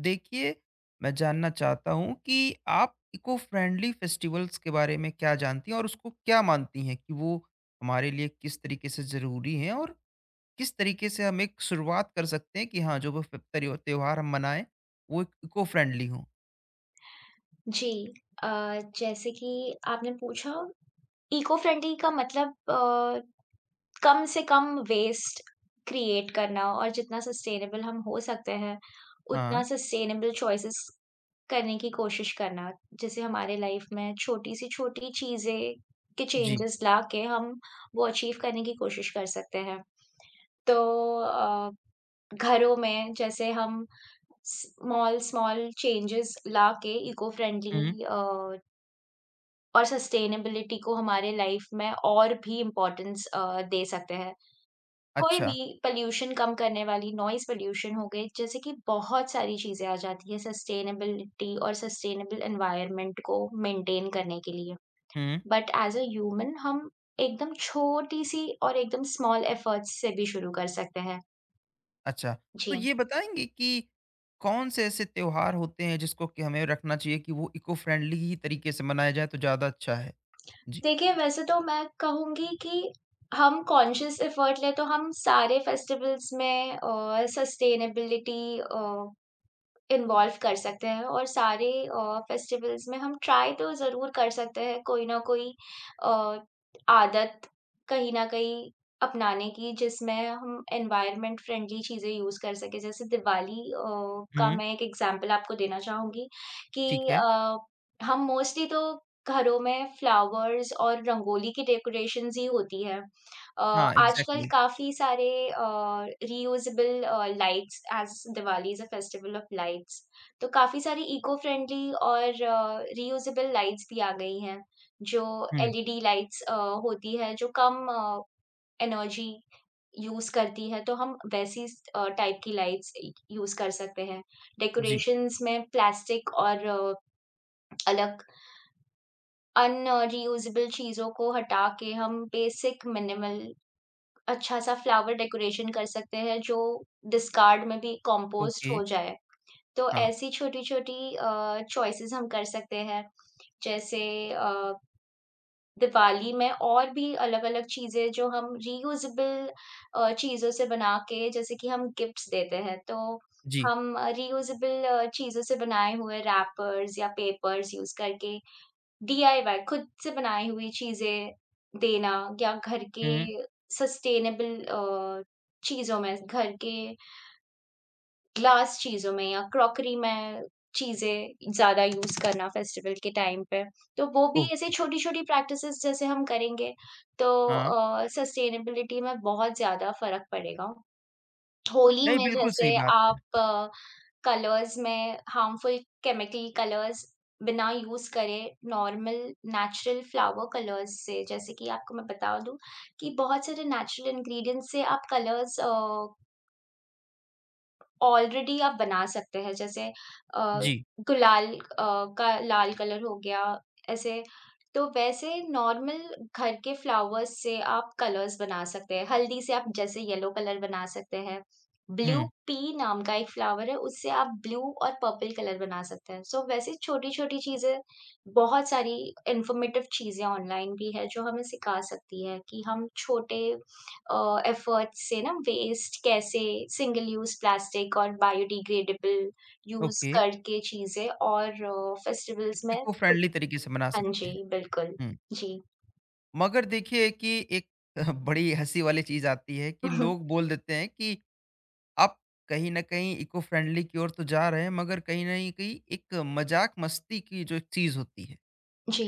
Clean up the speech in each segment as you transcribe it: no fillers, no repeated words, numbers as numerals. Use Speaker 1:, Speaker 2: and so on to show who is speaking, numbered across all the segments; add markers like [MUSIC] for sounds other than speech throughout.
Speaker 1: देखिए, मैं जानना चाहता हूँ कि आप इको फ्रेंडली फेस्टिवल्स के बारे में क्या जानती हैं और उसको क्या मानती हैं कि वो हमारे लिए किस तरीके से ज़रूरी हैं और किस तरीके से हम एक शुरुआत कर सकते हैं कि हाँ, जो वो फ त्यों त्योहार हम मनाएँ, वो एक इको फ्रेंडली हों?
Speaker 2: जी। अ, जैसे कि आपने पूछा इको फ्रेंडली का मतलब कम से कम वेस्ट क्रिएट करना और जितना सस्टेनेबल हम हो सकते हैं, उतना
Speaker 1: हाँ,
Speaker 2: सस्टेनेबल चॉइसेस करने की कोशिश करना। जैसे हमारे लाइफ में छोटी से छोटी चीज़ें के
Speaker 1: जी।
Speaker 2: चेंजेस लाके हम वो अचीव करने की कोशिश कर सकते हैं। तो अ, घरों में जैसे हम स्मॉल-स्मॉल चेंजेस लाके इको
Speaker 1: हुँ,
Speaker 2: फ्रेंडली और सस्टेनेबिलिटी को हमारे लाइफ में और भी इम्पोर्टेंस दे सकते हैं। कोई
Speaker 1: अच्छा।
Speaker 2: भी पॉल्यूशन कम करने वाली नॉइज़ पॉल्यूशन हो गई, जैसे कि बहुत सारी चीज़ें आ जाती हैं सस्टेनेबिलिटी और सस्टेनेबल एनवायरनमेंट को मेंटेन करने के लिए।
Speaker 1: हुँ,
Speaker 2: बट एज़ अ ह्यूमन हम एकदम छोटी-सी और एकदम स्मॉल एफर्ट्स से भी शुरू कर सकते हैं।
Speaker 1: अच्छा। तो
Speaker 2: जी।
Speaker 1: ये बताएँगी कि कौन-से ऐसे त्योहार होते हैं जिसको कि हमें रखना चाहिए कि वो इको फ्रेंडली ही तरीके से मनाया जाए तो ज़्यादा अच्छा है? जी।
Speaker 2: देखिए, वैसे तो मैं कहूँगी कि हम कॉन्शियस एफर्ट लें तो हम सारे फेस्टिवल्स में सस्टेनेबिलिटी इन्वॉल्व कर सकते हैं और सारे फेस्टिवल्स में हम ट्राई तो ज़रूर कर सकते हैं कोई ना कोई अ, आदत कहीं न कहीं अपनाने की जिसमें हम एनवायरनमेंट फ्रेंडली चीज़ें यूज़ कर सकें। जैसे दिवाली का
Speaker 1: हुँ,
Speaker 2: मैं एक एग्ज़ाम्पल आपको देना चाहूँगी कि
Speaker 1: ठीक है।
Speaker 2: अ, हम मोस्टली तो घरों में फ्लावर्स और रंगोली की डेकोरेशंस ही होती है। अ,
Speaker 1: हाँ,
Speaker 2: आजकल
Speaker 1: एग्ज़ैक्टली।
Speaker 2: काफ़ी सारे reusable lights as Diwali is a festival of lights, तो काफ़ी सारी इको फ्रेंडली और रीयूजेबल लाइट्स भी आ गई हैं, जो
Speaker 1: हुँ।
Speaker 2: एलईडी लाइट्स होती है जो कम एनर्जी यूज़ करती है, तो हम वैसी टाइप की लाइट्स इ यूज़ कर सकते हैं।
Speaker 1: जी।
Speaker 2: डेकोरेशंस में प्लास्टिक और अलग अन रीयूजेबल चीज़ों को हटा के हम बेसिक मिनिमल अच्छा-सा फ्लावर डेकोरेशन कर सकते हैं जो डिस्कार्ड में भी कंपोस्ट
Speaker 1: ओके।
Speaker 2: हो जाए। तो
Speaker 1: हाँ।
Speaker 2: ऐसी छोटी-छोटी चॉइसेस हम कर सकते हैं। जैसे अ, दिवाली में और भी अलग-अलग चीज़ें जो हम रियूजेबल चीज़ों से बना के जैसे कि हम गिफ्ट्स देते हैं, तो
Speaker 1: जी।
Speaker 2: हम रियूजेबल चीज़ों से बनाए हुए रैपर्स या पेपर्स यूज़ करके डीआईवाई खुद से बनाई हुई चीज़ें देना या घर के
Speaker 1: हुँ।
Speaker 2: सस्टेनेबल चीज़ों में, घर के ग्लास चीज़ों में या क्रॉकरी में चीज़ें ज़्यादा यूज़ करना फेस्टिवल के टाइम पे। तो वो भी ऐसे
Speaker 1: ओके।
Speaker 2: छोटी-छोटी प्रैक्टिसेज़ जैसे हम करेंगे तो
Speaker 1: हाँ,
Speaker 2: सस्टेनेबिलिटी में बहुत ज़्यादा फ़र्क पड़ेगा। होली
Speaker 1: नहीं,
Speaker 2: में
Speaker 1: बिल्कुल
Speaker 2: जैसे
Speaker 1: सही बात है।
Speaker 2: आप कलर्स में हार्मफुल केमिकल कलर्स बिना यूज़ करे नॉर्मल नेचुरल फ्लावर कलर्स से जैसे कि आपको मैं बता दूँ कि बहुत सारे नेचुरल इंग्रेडिएंट्स से आप कलर्स ऑलरेडी आप बना सकते हैं जैसे अ,
Speaker 1: जी।
Speaker 2: गुलाल का लाल कलर हो गया ऐसे। तो वैसे नॉर्मल घर के फ्लावर्स से आप कलर्स बना सकते हैं। हल्दी से आप जैसे येलो कलर बना सकते हैं। ब्लू
Speaker 1: हुँ।
Speaker 2: पी नाम का एक फ्लावर है उससे आप ब्लू और पर्पल कलर बना सकते हैं। सो वैसे छोटी-छोटी चीज़ें बहुत सारी इन्फॉर्मेटिव चीज़ें ऑनलाइन भी है जो हमें सिखा सकती है कि हम छोटे एफर्ट्स से ना वेस्ट कैसे सिंगल यूज़ प्लास्टिक और बायोडिग्रेडेबल यूज़
Speaker 1: ओके।
Speaker 2: करके चीज़ें और
Speaker 1: एक
Speaker 2: फेस्टिवल्स में
Speaker 1: इको फ्रेंडली
Speaker 2: छोटी
Speaker 1: तरीके से बना
Speaker 2: हाँ
Speaker 1: सकते
Speaker 2: जी,
Speaker 1: हैं।
Speaker 2: बिल्कुल।
Speaker 1: हुँ।
Speaker 2: जी।
Speaker 1: मगर देखिए कि एक [LAUGHS] बड़ी हँसी वाली चीज़ आती है कि लोग
Speaker 2: [LAUGHS]
Speaker 1: बोल देते हैं कि आप कहीं न कहीं इको फ्रेंडली की ओर तो जा रहे हैं, मगर कहीं न कहीं एक मज़ाक मस्ती की जो एक चीज़ होती है,
Speaker 2: जी।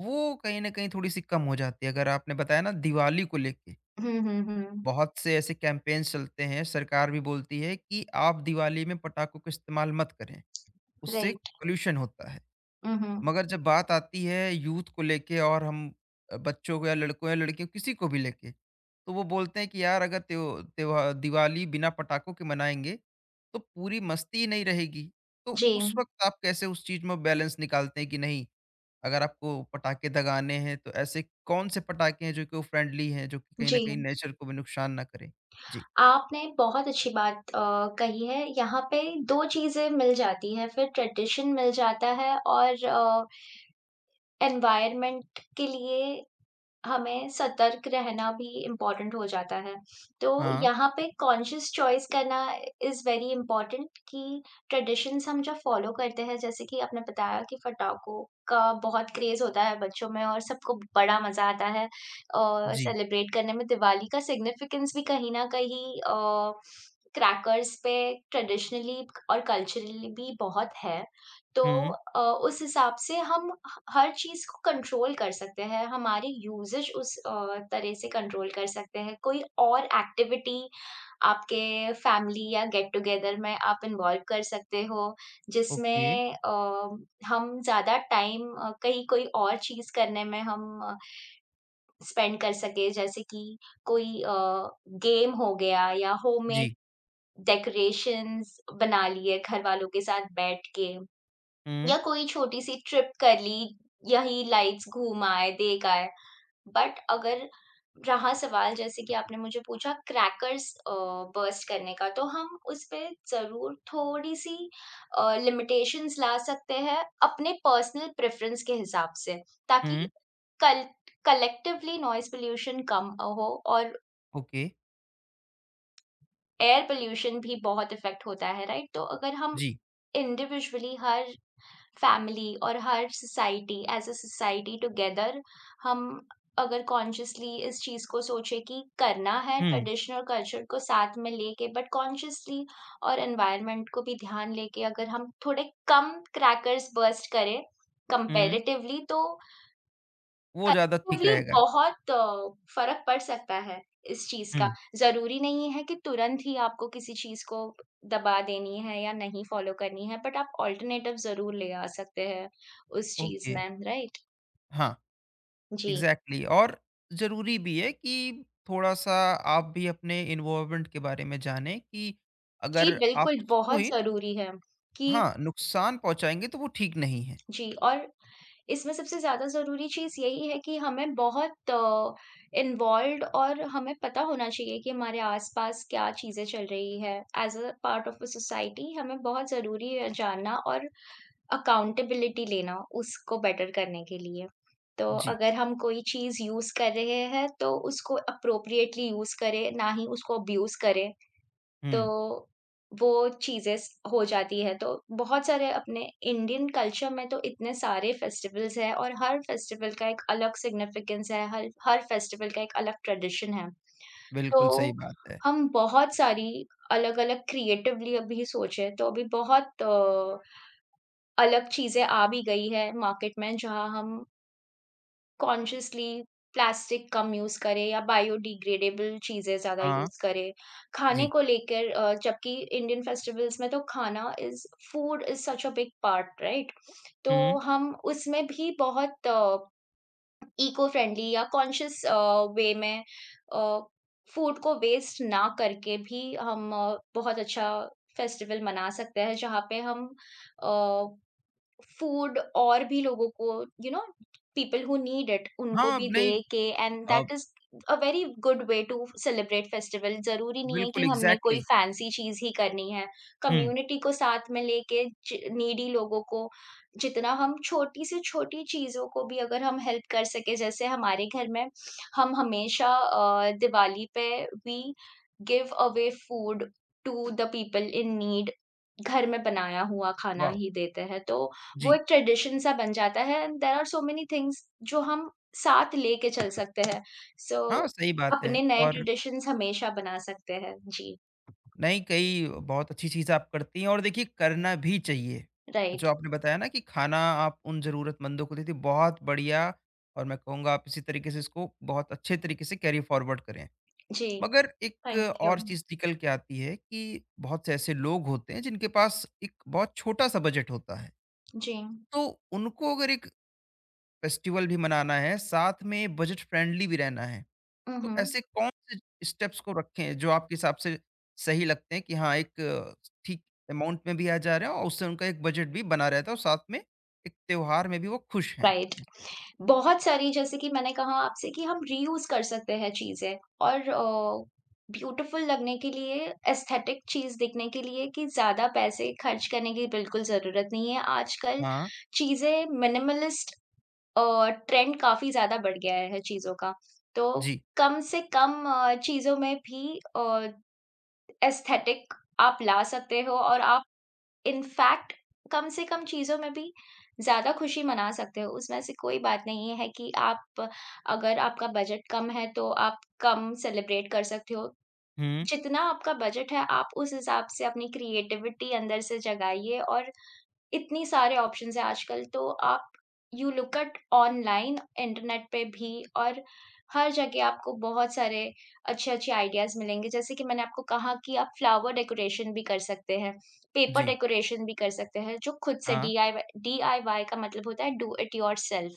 Speaker 1: वो कहीं न कहीं थोड़ी-सी कम हो जाती है। अगर आपने बताया ना, दिवाली को लेके
Speaker 2: हुँ, हुँ, हुँ।
Speaker 1: बहुत से ऐसे कैंपेन्स चलते हैं, सरकार भी बोलती है कि आप दिवाली में पटाखों का इस्तेमाल मत करें, उससे
Speaker 2: राइट।
Speaker 1: पॉल्यूशन होता है।
Speaker 2: हुँ, हुँ।
Speaker 1: मगर जब बात आती है यूथ को लेके, और हम बच्चों को या लड़कों या लड़कियों किसी को भी लेके, तो वो बोलते हैं कि यार अगर त्योहार दिवाली बिना पटाखों के मनाएंगे तो पूरी मस्ती ही नहीं रहेगी। तो
Speaker 2: जी,
Speaker 1: उस वक़्त आप कैसे उस चीज़ में बैलेंस निकालते हैं कि नहीं, अगर आपको पटाखे दगाने हैं तो ऐसे कौन से पटाखे हैं जो इको फ्रेंडली हैं, जो कि कहीं न
Speaker 2: जी।
Speaker 1: कहीं नेचर को भी नुकसान ना करें? जी।
Speaker 2: आपने बहुत अच्छी बात कही है, यहाँ पे 2 चीज़ें मिल जाती हैं, फिर ट्रेडिशन मिल जाता है और एनवायरनमेंट के लिए हमें सतर्क रहना भी इम्पोर्टेंट हो जाता है। तो
Speaker 1: हाँ।
Speaker 2: यहाँ पे कॉन्शियस चॉइस करना इज़ वेरी इम्पोर्टेंट कि ट्रेडिशंस हम जब फ़ॉलो करते हैं, जैसे कि आपने बताया कि पटाखों का बहुत क्रेज़ होता है बच्चों में और सबको बड़ा मज़ा आता है
Speaker 1: जी।
Speaker 2: सेलिब्रेट करने में। दिवाली का सिग्निफिकेंस भी कहीं न कहीं क्रैकर्स पे ट्रेडिशनली और कल्चरली भी बहुत है। तो
Speaker 1: हुँ।
Speaker 2: उस हिसाब से हम हर चीज़ को कंट्रोल कर सकते हैं, हमारी यूसेज उस तरह से कंट्रोल कर सकते हैं। कोई और एक्टिविटी आपके फैमिली या गेट टुगेदर में आप इन्वॉल्व कर सकते हो,
Speaker 1: ओके।
Speaker 2: जिसमें हम ज़्यादा टाइम कहीं कोई और चीज़ करने में हम स्पेंड कर सकें, जैसे कि कोई गेम हो गया या होममेड
Speaker 1: जी।
Speaker 2: डेकोरेशंस बना लिए घर वालों के साथ बैठ के।
Speaker 1: हुँ।
Speaker 2: या कोई छोटी-सी ट्रिप कर ली, यही लाइट्स घूम आए, देख आए। बट अगर रहा सवाल जैसे कि आपने मुझे पूछा क्रैकर्स बर्स्ट करने का, तो हम उस पे ज़रूर थोड़ी-सी लिमिटेशंस ला सकते हैं अपने पर्सनल प्रेफ़रेंस के हिसाब से, ताकि
Speaker 1: हुँ।
Speaker 2: कल कलेक्टिवली नॉइज़ पॉल्यूशन कम हो और
Speaker 1: ओके।
Speaker 2: एयर पॉल्यूशन भी बहुत इफ़ेक्ट होता है, राइट? तो अगर हम
Speaker 1: जी।
Speaker 2: इंडिविजुअली हर फैमिली और हर society as a society together हम अगर कॉन्शियसली इस चीज़ को सोचे कि करना है
Speaker 1: हुँ।
Speaker 2: ट्रेडिशनल कल्चर को साथ में लेके बट कॉन्शियसली और एनवायरनमेंट को भी ध्यान लेके अगर हम थोड़े कम क्रैकर्स बर्स्ट करें
Speaker 1: हुँ।
Speaker 2: कंपैरेटिवली तो
Speaker 1: वो ज़्यादा ठीक
Speaker 2: कलेक्टिवली
Speaker 1: रहेगा।
Speaker 2: बहुत फ़र्क पड़ सकता है इस चीज़ का।
Speaker 1: हुँ।
Speaker 2: ज़रूरी नहीं है कि तुरंत ही आपको किसी चीज़ को दबा देनी है या नहीं फ़ॉलो करनी है, बट आप अल्टरनेटिव ज़रूर ले आ सकते हैं उस चीज़
Speaker 1: ओके।
Speaker 2: में, राइट?
Speaker 1: हाँ,
Speaker 2: जी।
Speaker 1: एग्ज़ैक्टली। और ज़रूरी भी है कि थोड़ा-सा आप भी अपने इन्वॉल्वमेंट के बारे में जानें कि
Speaker 2: जी,
Speaker 1: अगर आप
Speaker 2: बिल्कुल,
Speaker 1: उसको
Speaker 2: बहुत
Speaker 1: ही
Speaker 2: ज़रूरी है कि
Speaker 1: हाँ, नुकसान पहुँचाएँगे तो वो ठीक नहीं है।
Speaker 2: जी और इसमें सबसे ज़्यादा ज़रूरी चीज़ यही है कि हमें बहुत इन्वॉल्व्ड और हमें पता होना चाहिए कि हमारे आस-पास क्या चीज़ें चल रही है। As a part of a society हमें बहुत ज़रूरी है जानना और अकाउंटेबिलिटी लेना उसको बेटर करने के लिए। तो
Speaker 1: जी।
Speaker 2: अगर हम कोई चीज़ यूज़ कर रहे हैं, तो उसको एप्रोप्रिएटली यूज़ करें, ना ही उसको अब्यूज़ करें।
Speaker 1: हुँ,
Speaker 2: तो वो चीज़ें स हो जाती है, तो बहुत सारे अपने इंडियन कल्चर में तो इतने सारे फेस्टिवल्स हैं और हर फेस्टिवल का एक अलग सिग्निफिकेंस है, हर हर फेस्टिवल का एक अलग ट्रेडिशन है।
Speaker 1: बिल्कुल सही
Speaker 2: तो
Speaker 1: बात है।
Speaker 2: हम बहुत सारी अलग-अलग क्रिएटिवली अभी सोचें तो अभी बहुत अलग चीज़ें आ भी गई है मार्केट में जहाँ हम कॉन्शियसली प्लास्टिक कम यूज़ करें या बायोडिग्रेडेबल चीज़ें ज़्यादा
Speaker 1: हाँ।
Speaker 2: यूज़ करें। खाने
Speaker 1: जी।
Speaker 2: को लेकर जबकि इंडियन फेस्टिवल्स में तो खाना is food is such a big part right? तो
Speaker 1: हुँ।
Speaker 2: हम उसमें भी बहुत इको फ्रेंडली या कॉन्शियस वे में अ, फूड को वेस्ट ना करके भी हम बहुत अच्छा फेस्टिवल मना सकते हैं, जहाँ पे हम अ फूड और भी लोगों को पीपल हु नीड इट उनको
Speaker 1: हाँ,
Speaker 2: भी
Speaker 1: अब
Speaker 2: दे
Speaker 1: नहीं।
Speaker 2: के and
Speaker 1: uh,
Speaker 2: that is a very good way to celebrate festival जरूरी नहीं है
Speaker 1: बिल्कुल
Speaker 2: कि हमने कोई
Speaker 1: एग्ज़ैक्टली।
Speaker 2: फैंसी चीज ही करनी है
Speaker 1: हुँ।
Speaker 2: कम्युनिटी को साथ में लेके नीडी लोगों को जितना हम छोटी से छोटी चीजों को भी अगर हम हेल्प कर सके जैसे हमारे घर में हम हमेशा दिवाली पे we give away food to the people in need घर में बनाया हुआ खाना
Speaker 1: वाह!
Speaker 2: ही देते हैं तो वो
Speaker 1: जी।
Speaker 2: एक ट्रेडिशन सा बन जाता है and there are so many things जो हम साथ लेके चल सकते हैं। So,
Speaker 1: हाँ, सही बात है।
Speaker 2: अपने नए
Speaker 1: और
Speaker 2: ट्रेडिशंस हमेशा बना सकते हैं। जी,
Speaker 1: नहीं, कई बहुत अच्छी चीज़ आप करती हैं और देखिए, करना भी चाहिए। जो
Speaker 2: राइट।
Speaker 1: आपने बताया ना कि खाना आप उन ज़रूरतमंदों को देती हैं, बहुत बढ़िया, और मैं कहूँगा आप इसी तरीके से इसको बहुत अच्छे तरीके से कैरी फ़ॉरवर्ड करें।
Speaker 2: जी,
Speaker 1: मगर एक
Speaker 2: थैंक यू।
Speaker 1: और चीज़ निकल के आती है कि बहुत से ऐसे लोग होते हैं जिनके पास एक बहुत छोटा-सा बजट होता है।
Speaker 2: जी।
Speaker 1: तो उनको अगर एक फेस्टिवल भी मनाना है, साथ में बजट फ्रेंडली भी रहना है,
Speaker 2: हुँ,
Speaker 1: तो
Speaker 2: हुँ।
Speaker 1: ऐसे कौन से स्टेप्स को रखें जो आपके हिसाब से सही लगते हैं कि हाँ, एक ठीक अमाउंट में भी आ जा रहा है और उससे उनका एक बजट भी बना रहता है और साथ में एक त्योहार में भी वो खुश हैं?
Speaker 2: राइट। बहुत सारी जैसे कि मैंने कहा आपसे कि हम रीयूज़ कर सकते हैं चीज़ें और ब्यूटीफुल लगने के लिए, एस्थेटिक चीज़ दिखने के लिए कि ज़्यादा पैसे खर्च करने की बिल्कुल ज़रूरत नहीं है। आजकल
Speaker 1: हाँ,
Speaker 2: चीज़ें मिनिमलिस्ट ट्रेंड काफ़ी ज़्यादा बढ़ गया है चीज़ों का। तो
Speaker 1: जी।
Speaker 2: कम से कम चीज़ों में भी एस्थेटिक आप ला सकते हो और आप इनफैक्ट कम से कम चीज़ों में भी ज़्यादा खुशी मना सकते हो। उसमें ऐसी कोई बात नहीं है कि आप अगर आपका बजट कम है तो आप कम सेलिब्रेट कर सकते हो।
Speaker 1: हुँ,
Speaker 2: जितना आपका बजट है आप उस हिसाब से अपनी क्रिएटिविटी अंदर से जगाइए और इतनी सारे ऑप्शंस हैं आजकल तो आप you look at online, internet पे भी और हर जगह आपको बहुत सारे अच्छे-अच्छे आइडियाज़ मिलेंगे। जैसे कि मैंने आपको कहा कि आप फ्लावर डेकोरेशन भी कर सकते हैं, पेपर
Speaker 1: जी।
Speaker 2: डेकोरेशन भी कर सकते हैं, जो खुद से
Speaker 1: हाँ।
Speaker 2: डीआईवाई, डीआईवाई का मतलब होता है डू इट योरसेल्फ।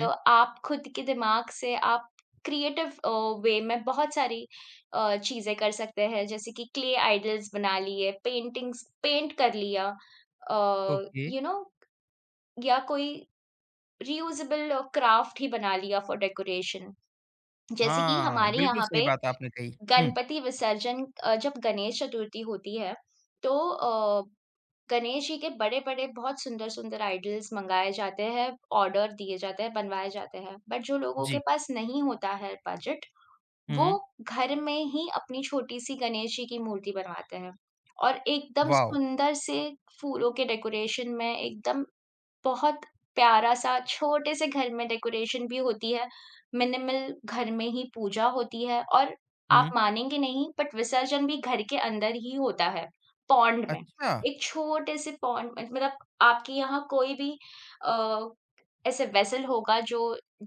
Speaker 2: तो आप खुद के दिमाग से आप क्रिएटिव वे में बहुत सारी चीज़ें कर सकते हैं, जैसे कि क्ले आइडल्स बना लिए, पेंटिंग्स पेंट कर लिया अ,
Speaker 1: ओके।
Speaker 2: यू नो या कोई रियूजेबल क्राफ्ट ही बना लिया फॉर डेकोरेशन। जैसे कि
Speaker 1: हाँ,
Speaker 2: हमारे
Speaker 1: बिल्कुल
Speaker 2: यहाँ
Speaker 1: सही
Speaker 2: पे
Speaker 1: बात आपने कही। हुँ।
Speaker 2: गणपति विसर्जन जब गणेश चतुर्थी होती है, तो अ गणेश जी के बड़े-बड़े, बहुत सुंदर-सुंदर आइडल्स मँगाए जाते हैं, ऑर्डर दिए जाते हैं, बनवाए जाते हैं। बट जो लोगों के
Speaker 1: जी।
Speaker 2: पास नहीं होता है बजट, वो
Speaker 1: हुँ।
Speaker 2: घर में ही अपनी छोटी-सी गणेश जी की मूर्ति बनवाते हैं और एकदम
Speaker 1: वॉव!
Speaker 2: सुंदर से फूलों के डेकोरेशन में एकदम बहुत प्यारा-सा छोटे-से घर में डेकोरेशन भी होती है, मिनिमल घर में ही पूजा होती है और आप
Speaker 1: हुँ,
Speaker 2: मानेंगे नहीं बट विसर्जन भी घर के अंदर ही होता है, पॉन्ड में।
Speaker 1: अच्छा।
Speaker 2: एक छोटे-से पॉन्ड में मतलब आपके यहाँ कोई भी अ, ऐसे वेसल होगा जो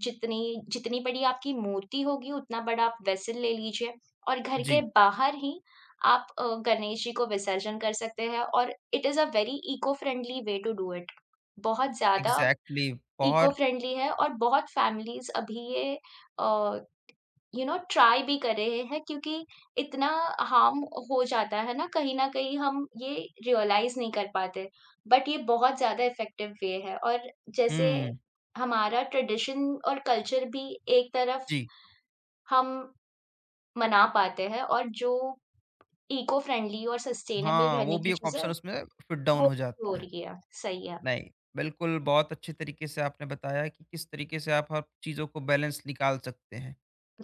Speaker 2: जितनी जितनी बड़ी आपकी मूर्ति होगी उतना बड़ा आप वेसल ले लीजिए और घर के
Speaker 1: जी,
Speaker 2: बाहर ही आप गणेश जी को विसर्जन कर सकते हैं और it is a very eco friendly way to do it. बहुत ज़्यादा
Speaker 1: इग्ज़ैक्टली।
Speaker 2: इको
Speaker 1: बहुत।
Speaker 2: फ्रेंडली है और बहुत फैमिलीज़ अभी ये अ, ट्राई भी कर रहे हैं क्योंकि इतना हार्म हो जाता है ना कहीं न कहीं हम ये रियलाइज़ नहीं कर पाते। बट ये बहुत ज़्यादा इफ़ेक्टिव वे है और जैसे
Speaker 1: हुँ।
Speaker 2: हमारा ट्रेडिशन और कल्चर भी एक तरफ
Speaker 1: जी।
Speaker 2: हम मना पाते हैं और जो इको फ्रेंडली और सस्टेनेबल
Speaker 1: हाँ,
Speaker 2: रहने
Speaker 1: वो
Speaker 2: की
Speaker 1: भी एक
Speaker 2: चीज़ें
Speaker 1: ऑप्शन उसमें फिट डाउन
Speaker 2: वो
Speaker 1: हो
Speaker 2: हो
Speaker 1: जाता है।
Speaker 2: रही है। सही है।
Speaker 1: नहीं, बिल्कुल, बहुत अच्छे तरीके से आपने बताया कि किस तरीके से आप हर चीज़ों को बैलेंस निकाल सकते हैं।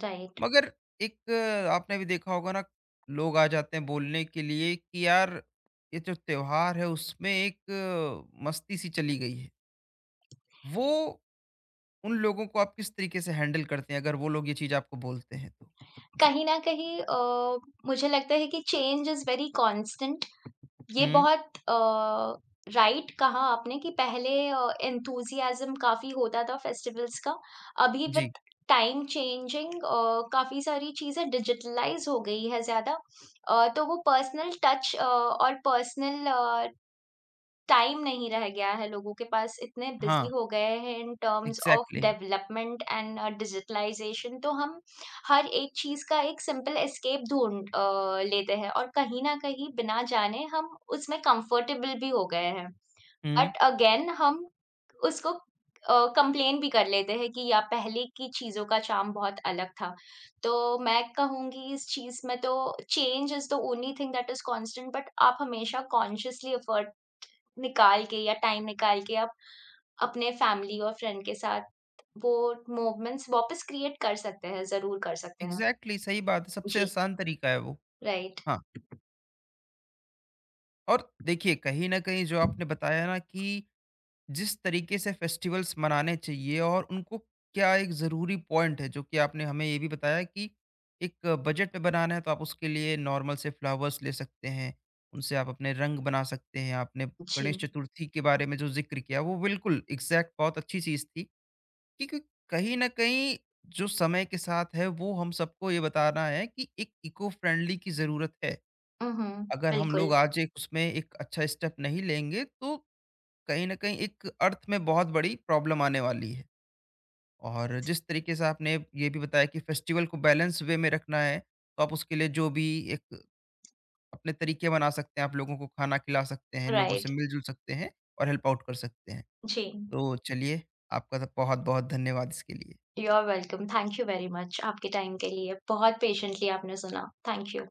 Speaker 2: राइट।
Speaker 1: मगर एक, आपने भी देखा होगा ना, लोग आ जाते हैं बोलने के लिए कि यार, ये जो त्योहार है उसमें एक मस्ती सी चली गई है। वो उन लोगों को आप किस तरीके से हैंडल करते हैं अगर वो लोग ये चीज़ आपको बोलते हैं तो? जी।
Speaker 2: कहीं न कहीं मुझे लगता है कि चेंज इज़ वेरी कांस्टेंट ये
Speaker 1: हुँ,
Speaker 2: बहुत राइट कहा आपने कि पहले एंथूसियाज़्म काफ़ी होता था फेस्टिवल्स का। अभी विद
Speaker 1: जी।
Speaker 2: टाइम चेंजिंग काफ़ी सारी चीज़ें डिजिटलाइज़ हो गई है ज़्यादा। तो वो पर्सनल टच और पर्सनल टाइम नहीं रह गया है लोगों के पास, इतने बिज़ी
Speaker 1: हाँ,
Speaker 2: हो गए हैं in terms of
Speaker 1: exactly.
Speaker 2: Development and digitalisation तो हम हर एक चीज़ का एक सिंपल एस्केप ढूँढ लेते हैं और कहीं न कहीं बिना जाने हम उसमें कंफर्टेबल भी हो गए हैं।
Speaker 1: हुँ,
Speaker 2: बट अगेन हम उसको कंप्लेन भी कर लेते हैं कि या पहले की चीज़ों का चार्म बहुत अलग था। तो मैं कहूँगी इस चीज़ में तो change is the only thing that is constant but आप हमेशा कॉन्शियसली एफर्ट निकाल के या टाइम निकाल के आप अपने फैमिली और फ्रेंड के साथ वो मोमेंट्स वापस क्रिएट कर सकते हैं, ज़रूर कर सकते हैं।
Speaker 1: एग्ज़ैक्टली सही बात है, सबसे
Speaker 2: जी,
Speaker 1: आसान तरीका है वो।
Speaker 2: राइट,
Speaker 1: हाँ, और देखिए कहीं न कहीं जो आपने बताया ना कि जिस तरीके से फेस्टिवल्स मनाने चाहिए और उनको, क्या एक ज़रूरी पॉइंट है जो कि आपने हमें ये भी बताया कि एक बजट में बनाना है तो आप उसके लिए नॉर्मल से फ्लावर्स ले सकते हैं, उनसे आप अपने रंग बना सकते हैं। आपने
Speaker 2: जी।
Speaker 1: गणेश चतुर्थी के बारे में जो ज़िक्र किया वो बिल्कुल एग्ज़ैक्ट बहुत अच्छी चीज़ थी, क्योंकि कहीं न कहीं जो समय के साथ है वो हम सबको ये बताना है कि एक इको फ्रेंडली की ज़रूरत है।
Speaker 2: हुँ, हुँ,
Speaker 1: अगर हम
Speaker 2: बिल्कुल,
Speaker 1: लोग आज एक उसमें एक अच्छा स्टेप नहीं लेंगे तो कहीं न कहीं एक अर्थ में बहुत बड़ी प्रॉब्लम आने वाली है। और जिस तरीके से आपने ये भी बताया कि फेस्टिवल को बैलेंस वे में रखना है, तो आप उसके लिए जो भी एक अपने तरीके बना सकते हैं, आप लोगों को खाना खिला सकते हैं, लोगों से
Speaker 2: राइट,
Speaker 1: मिल-जुल सकते हैं और हेल्प आउट कर सकते हैं।
Speaker 2: जी।
Speaker 1: तो चलिए, आपका तो बहुत-बहुत धन्यवाद इसके लिए।
Speaker 2: You are welcome, thank you very much आपके टाइम के लिए। बहुत पेशेंटली आपने सुना, थैंक यू।